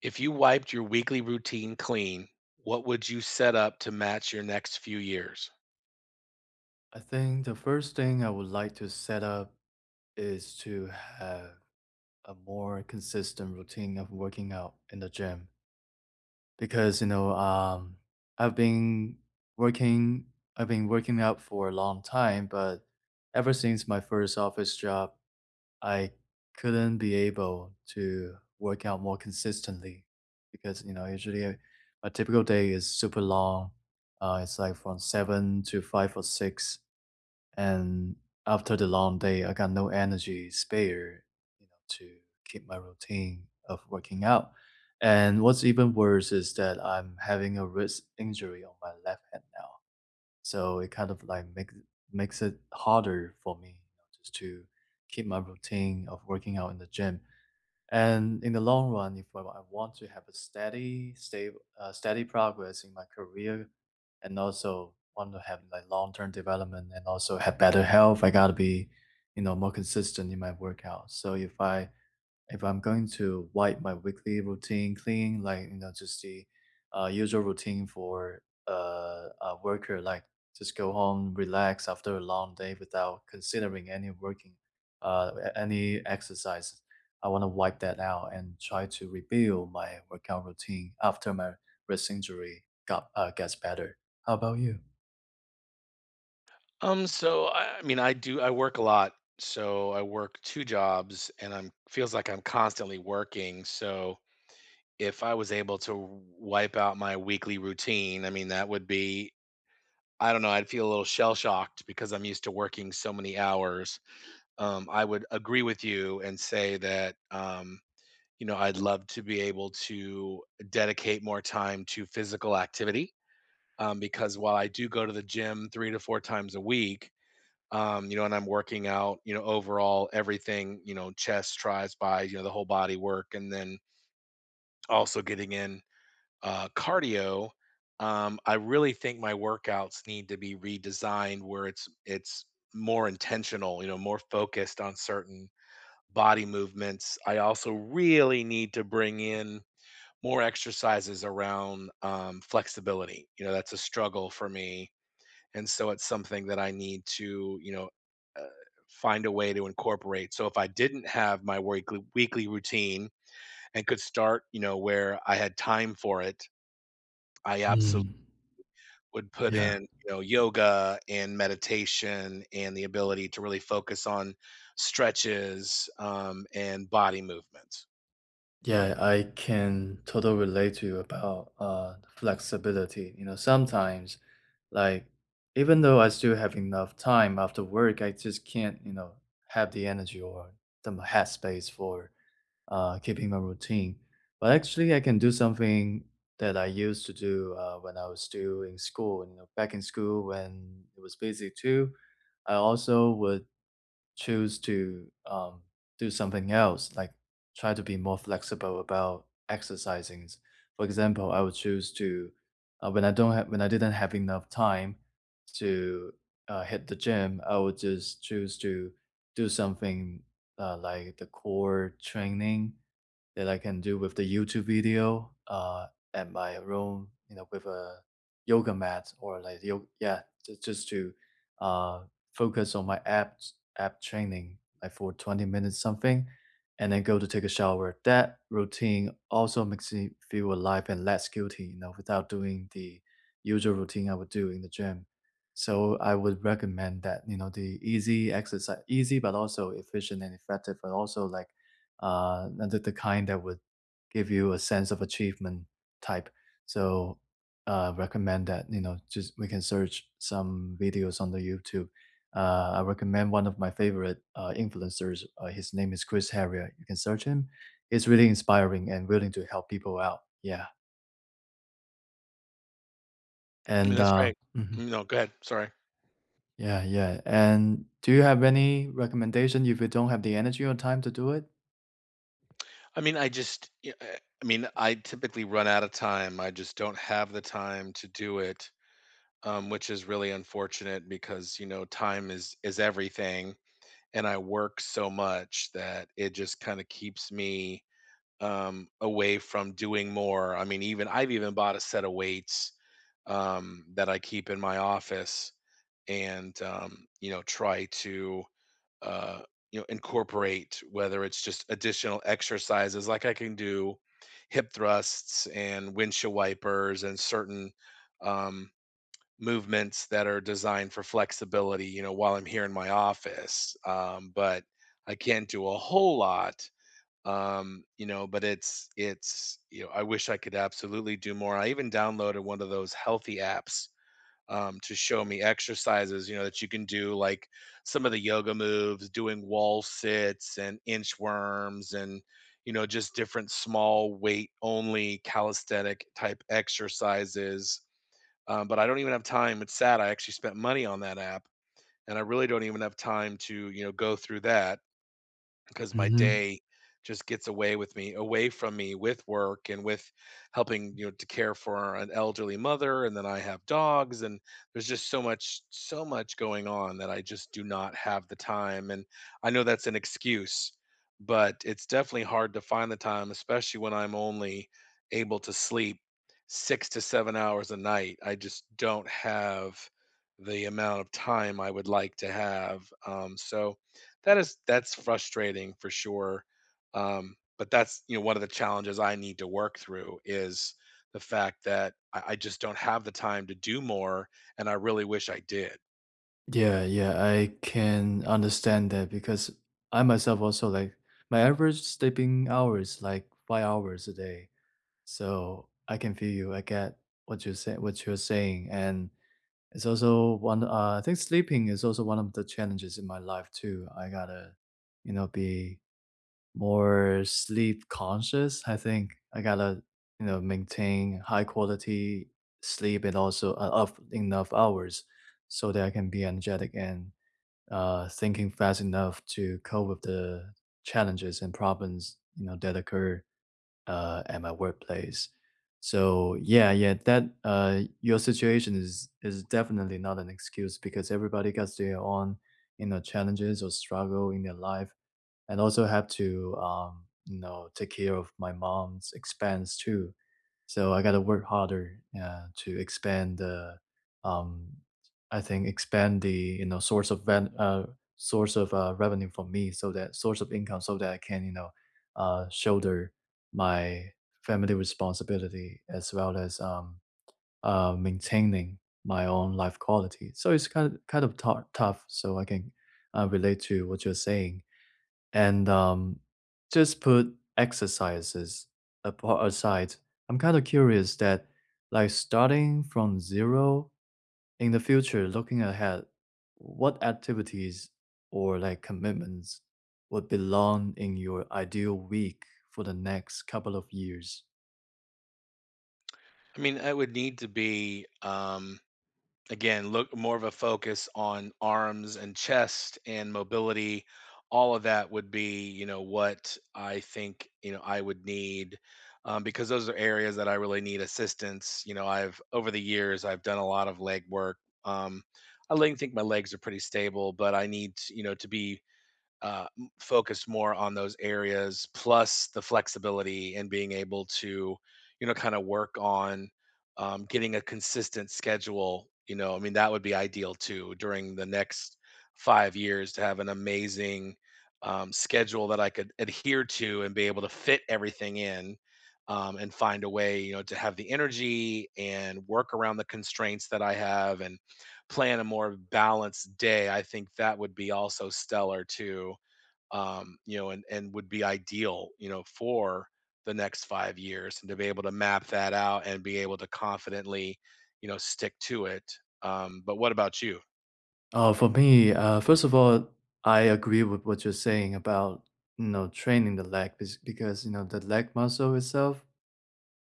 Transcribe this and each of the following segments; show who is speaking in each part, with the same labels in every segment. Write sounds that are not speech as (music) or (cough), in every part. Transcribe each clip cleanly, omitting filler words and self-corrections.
Speaker 1: If you wiped your weekly routine clean, what would you set up to match your next few years?
Speaker 2: I think the first thing I would like to set up is to have a more consistent routine of working out in the gym because you know I've been working I've been working out for a long time, but ever since my first office job, I couldn't be able to work out more consistently because you know usually my typical day is super long. It's like from seven to five or six and after the long day, I got no energy spare, you know, to keep my routine of working out. And what's even worse is that I'm having a wrist injury on my left hand now. So it kind of like makes it harder for me, you know, just to keep my routine of working out in the gym. And in the long run, if I want to have a steady, stable, steady progress in my career, and also want to have like long-term development and also have better health, I gotta be, you know, more consistent in my workout. So if I'm going to wipe my weekly routine clean, like, you know, just the usual routine for a worker, like just go home, relax after a long day without considering any working, any exercise. I want to wipe that out and try to rebuild my workout routine after my wrist injury got gets better. How about you?
Speaker 1: So I mean, I do. I work a lot, so I work two jobs, and I'm feels like I'm constantly working. So if I was able to wipe out my weekly routine, I mean, that would be. I don't know. I'd feel a little shell shocked because I'm used to working so many hours. I would agree with you and say that you know, I'd love to be able to dedicate more time to physical activity because while I do go to the gym three to four times a week, you know, and I'm working out, you know, overall everything, you know, chest, tries, buys, you know, the whole body work, and then also getting in cardio. I really think my workouts need to be redesigned where it's more intentional, you know, more focused on certain body movements. I also really need to bring in more exercises around flexibility. You know, that's a struggle for me, and so it's something that I need to, you know, uh, find a way to incorporate. So if I didn't have my weekly routine and could start, you know, where I had time for it, I absolutely
Speaker 2: Mm,
Speaker 1: would put
Speaker 2: yeah.
Speaker 1: in, you know, yoga and meditation and the ability to really focus on stretches and body movements.
Speaker 2: Yeah, I can totally relate to you about flexibility. You know, sometimes like even though I still have enough time after work, I just can't, you know, have the energy or the headspace for keeping my routine. But actually I can do something that I used to do when I was still in school, you know, back in school when it was busy too. I also would choose to do something else, like try to be more flexible about exercising. For example, I would choose to when I didn't have enough time to hit the gym, I would just choose to do something like the core training that I can do with the YouTube video at my room, you know, with a yoga mat or like yeah, just to uh, focus on my app training like for 20 minutes something, and then go to take a shower. That routine also makes me feel alive and less guilty, you know, without doing the usual routine I would do in the gym. So I would recommend that, you know, the easy exercise, easy but also efficient and effective, but also like and the kind that would give you a sense of achievement type. So recommend that you know just we can search some videos on the YouTube. I recommend one of my favorite influencers. His name is Chris Harrier. You can search him. He's really inspiring and willing to help people out. Yeah,
Speaker 1: I mean,
Speaker 2: and
Speaker 1: that's great.
Speaker 2: mhm.
Speaker 1: No, go ahead. Sorry.
Speaker 2: Yeah, yeah. And do you have any recommendation if you don't have the energy or time to do
Speaker 1: I mean, I just yeah, I mean, I typically run out of time. I just don't have the time to do it, which is really unfortunate because, you know, time is everything, and I work so much that it just kind of keeps me away from doing more. I mean, even I've even bought a set of weights that I keep in my office and you know, try to uh, you know, incorporate whether it's just additional exercises like I can do hip thrusts and windshield wipers and certain um, movements that are designed for flexibility, you know, while I'm here in my office. But I can't do a whole lot, you know, but it's you know, I wish I could absolutely do more. I even downloaded one of those healthy apps to show me exercises, you know, that you can do, like some of the yoga moves, doing wall sits and inchworms and, you know, just different small weight only calisthenic type exercises. But I don't even have time. It's sad. I actually spent money on that app and I really don't even have time to, you know, go through that because my
Speaker 2: it?
Speaker 1: day just gets away with me away from me with work and with helping you know to care for an elderly mother, and then I have dogs, and there's just so much going on that I just do not have the time, and I know that's an excuse, but it's definitely hard to find the time, especially when I'm only able to sleep 6 to 7 hours a night. I just don't have the amount of time I would like to have, so that is that's frustrating for sure, but that's, you know, one of the challenges I need to work through is the fact that I just don't have the time to do more, and I really wish I did.
Speaker 2: Yeah, yeah, I can understand that because I myself also like my average sleeping hours like 5 hours a day. So I can feel you. I get what you're saying. And it's also one. I think sleeping is also one of the challenges in my life too. I gotta, you know, be more sleep conscious. I think I gotta, you know, maintain high quality sleep and also up enough hours so that I can be energetic and thinking fast enough to cope with the challenges and problems you know that occur at my workplace. So yeah, yeah, that your situation is definitely not an excuse because everybody gets their own you know challenges or struggle in their life and also have to you know take care of my mom's expense too. So I gotta work harder to expand the um, I think expand the you know source of source of revenue for me so that source of income so that I can you know shoulder my family responsibility as well as maintaining my own life quality. So it's kind of tough. So I can relate to what you're saying and just put exercises apart aside. I'm kind of curious that, like, starting from zero in the future, looking ahead, what activities or like commitments would belong in your ideal week for the next couple of years?
Speaker 1: I mean, I would need to be, again, look more of a focus on arms and chest and mobility. All of that would be, you know, what I think, you know, I would need because those are areas that I really need assistance. You know, I've over the years I've done a lot of leg work. Um, I like think my legs are pretty stable, but I need, to, you know, to be focused more on those areas, plus the flexibility and being able to, you know, kind of work on getting a consistent schedule. You know, I mean, that would be ideal too during the next 5 years to have an amazing schedule that I could adhere to and be able to fit everything in. And find a way, you know, to have the energy and work around the constraints that I have, and plan a more balanced day. I think that would be also stellar too you know, and would be ideal, you know, for the next 5 years, and to be able to map that out and be able to confidently, you know, stick to it. But what about you?
Speaker 2: For me, first of all, I agree with what you're saying about you know training the leg because you know the leg muscle itself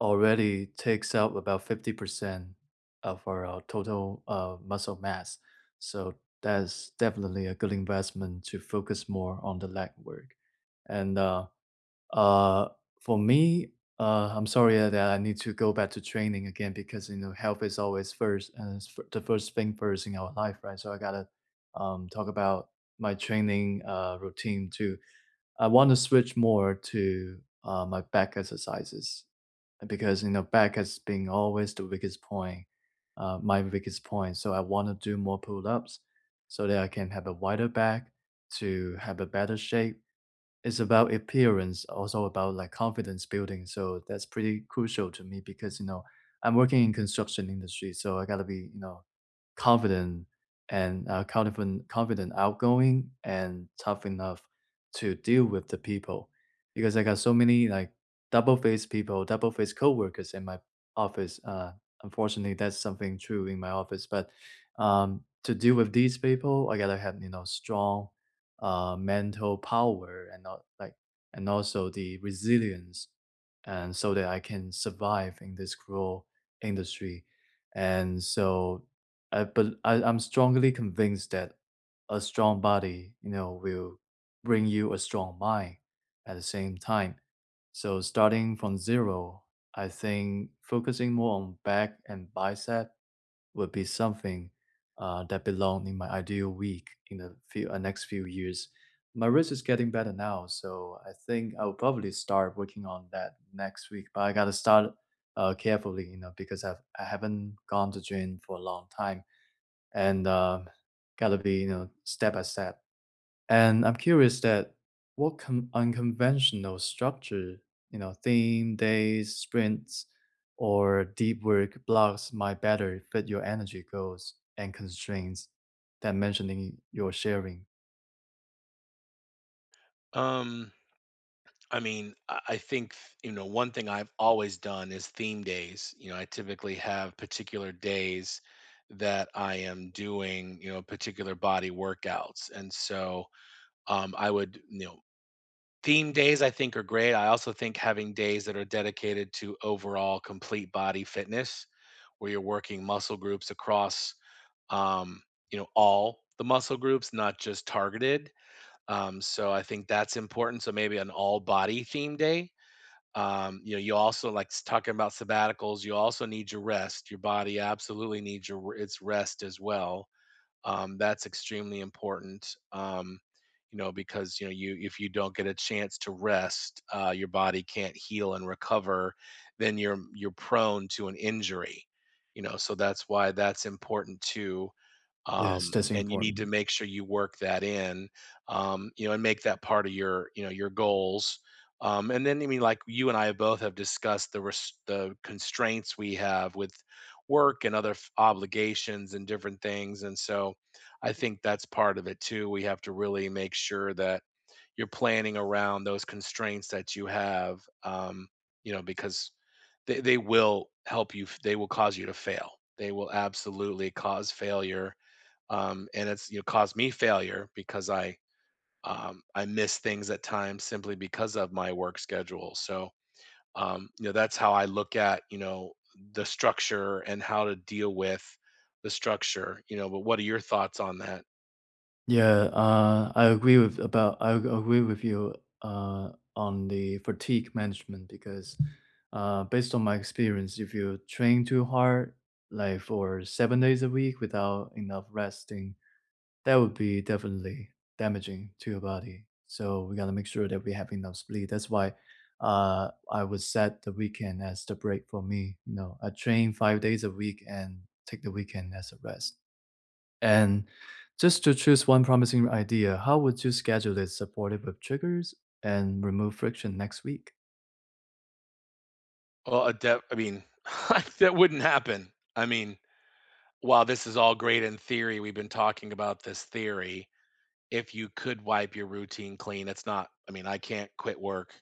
Speaker 2: already takes up about 50% of our total muscle mass. So that's definitely a good investment to focus more on the leg work. And uh, for me, I'm sorry that I need to go back to training again because you know health is always first, and it's the first thing first in our life, right? So I gotta talk about my training routine too. I want to switch more to my back exercises because you know back has been always the weakest point, my weakest point. So I want to do more pull-ups so that I can have a wider back to have a better shape. It's about appearance, also about like confidence building. So that's pretty crucial to me because you know I'm working in construction industry, so I gotta be you know confident confident, outgoing, and tough enough to deal with the people. Because I got so many like double-faced people, double-faced coworkers in my office. Unfortunately, that's something true in my office. But to deal with these people, I gotta have you know strong mental power and not like and also the resilience, and so that I can survive in this cruel industry. And so I but I I'm strongly convinced that a strong body, you know, will bring you a strong mind at the same time. So starting from zero, I think focusing more on back and bicep would be something that belong in my ideal week in the next few years. My wrist is getting better now, so I think I'll probably start working on that next week. But I gotta start carefully, you know, because I haven't gone to gym for a long time and gotta be you know step by step. And I'm curious that what unconventional structure, you know, theme days, sprints, or deep work blocks might better fit your energy goals and constraints than mentioning your sharing.
Speaker 1: Um, I mean, I think you know one thing I've always done is theme days. You know, I typically have particular days that I am doing you know particular body workouts, and so I would you know theme days, I think, are great. I also think having days that are dedicated to overall complete body fitness, where you're working muscle groups across, um, you know, all the muscle groups, not just targeted. So I think that's important. So maybe an all body theme day. You know, you also like talking about sabbaticals. You also need your rest. Your body absolutely needs your its rest as well that's extremely important, you know, because you know you if you don't get a chance to rest your body can't heal and recover, then you're prone to an injury, you know, so that's why that's important too,
Speaker 2: Yes. That's
Speaker 1: and you need to
Speaker 2: important.
Speaker 1: make sure you work that in, you know, and make that part of your, you know, your goals. And then, I mean, like you and I both have discussed the the constraints we have with work and other obligations and different things, and so I think that's part of it too. We have to really make sure that you're planning around those constraints that you have, you know, because they will help you. They will cause you to fail. They will absolutely cause failure, and it's you know caused me failure because I miss things at times simply because of my work schedule. So you know that's how I look at you know the structure and how to deal with the structure. You know, but what are your thoughts on that?
Speaker 2: Yeah, I agree with about I agree with you uh, on the fatigue management because based on my experience, if you train too hard, like for 7 days a week without enough resting, that would be definitely damaging to your body. So we gotta make sure that we have enough sleep. That's why I would set the weekend as the break for me. You know, I train 5 days a week and take the weekend as a rest. And just to choose one promising idea, how would you schedule it supportive of triggers and remove friction next week?
Speaker 1: Well, I mean, (laughs) that wouldn't happen. I mean, while this is all great in theory, we've been talking about this theory. If you could wipe your routine clean, it's not. I mean, I can't quit work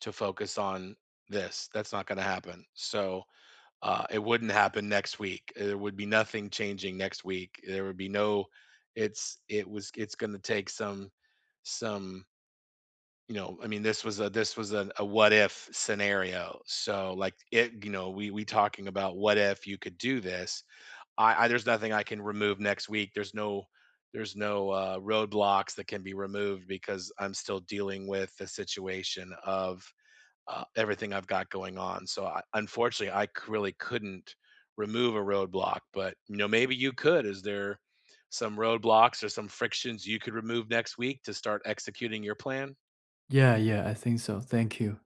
Speaker 1: to focus on this. That's not going to happen. So it wouldn't happen next week. There would be nothing changing next week. There would be no. It's it was it's going to take some you know I mean this was a what if scenario, so like it you know we talking about what if you could do this I there's nothing I can remove next week, there's no roadblocks that can be removed because I'm still dealing with the situation of everything I've got going on. So I, unfortunately, I really couldn't remove a roadblock. But you know, maybe you could. Is there some roadblocks or some frictions you could remove next week to start executing your plan?
Speaker 2: Yeah, yeah, I think so. Thank you.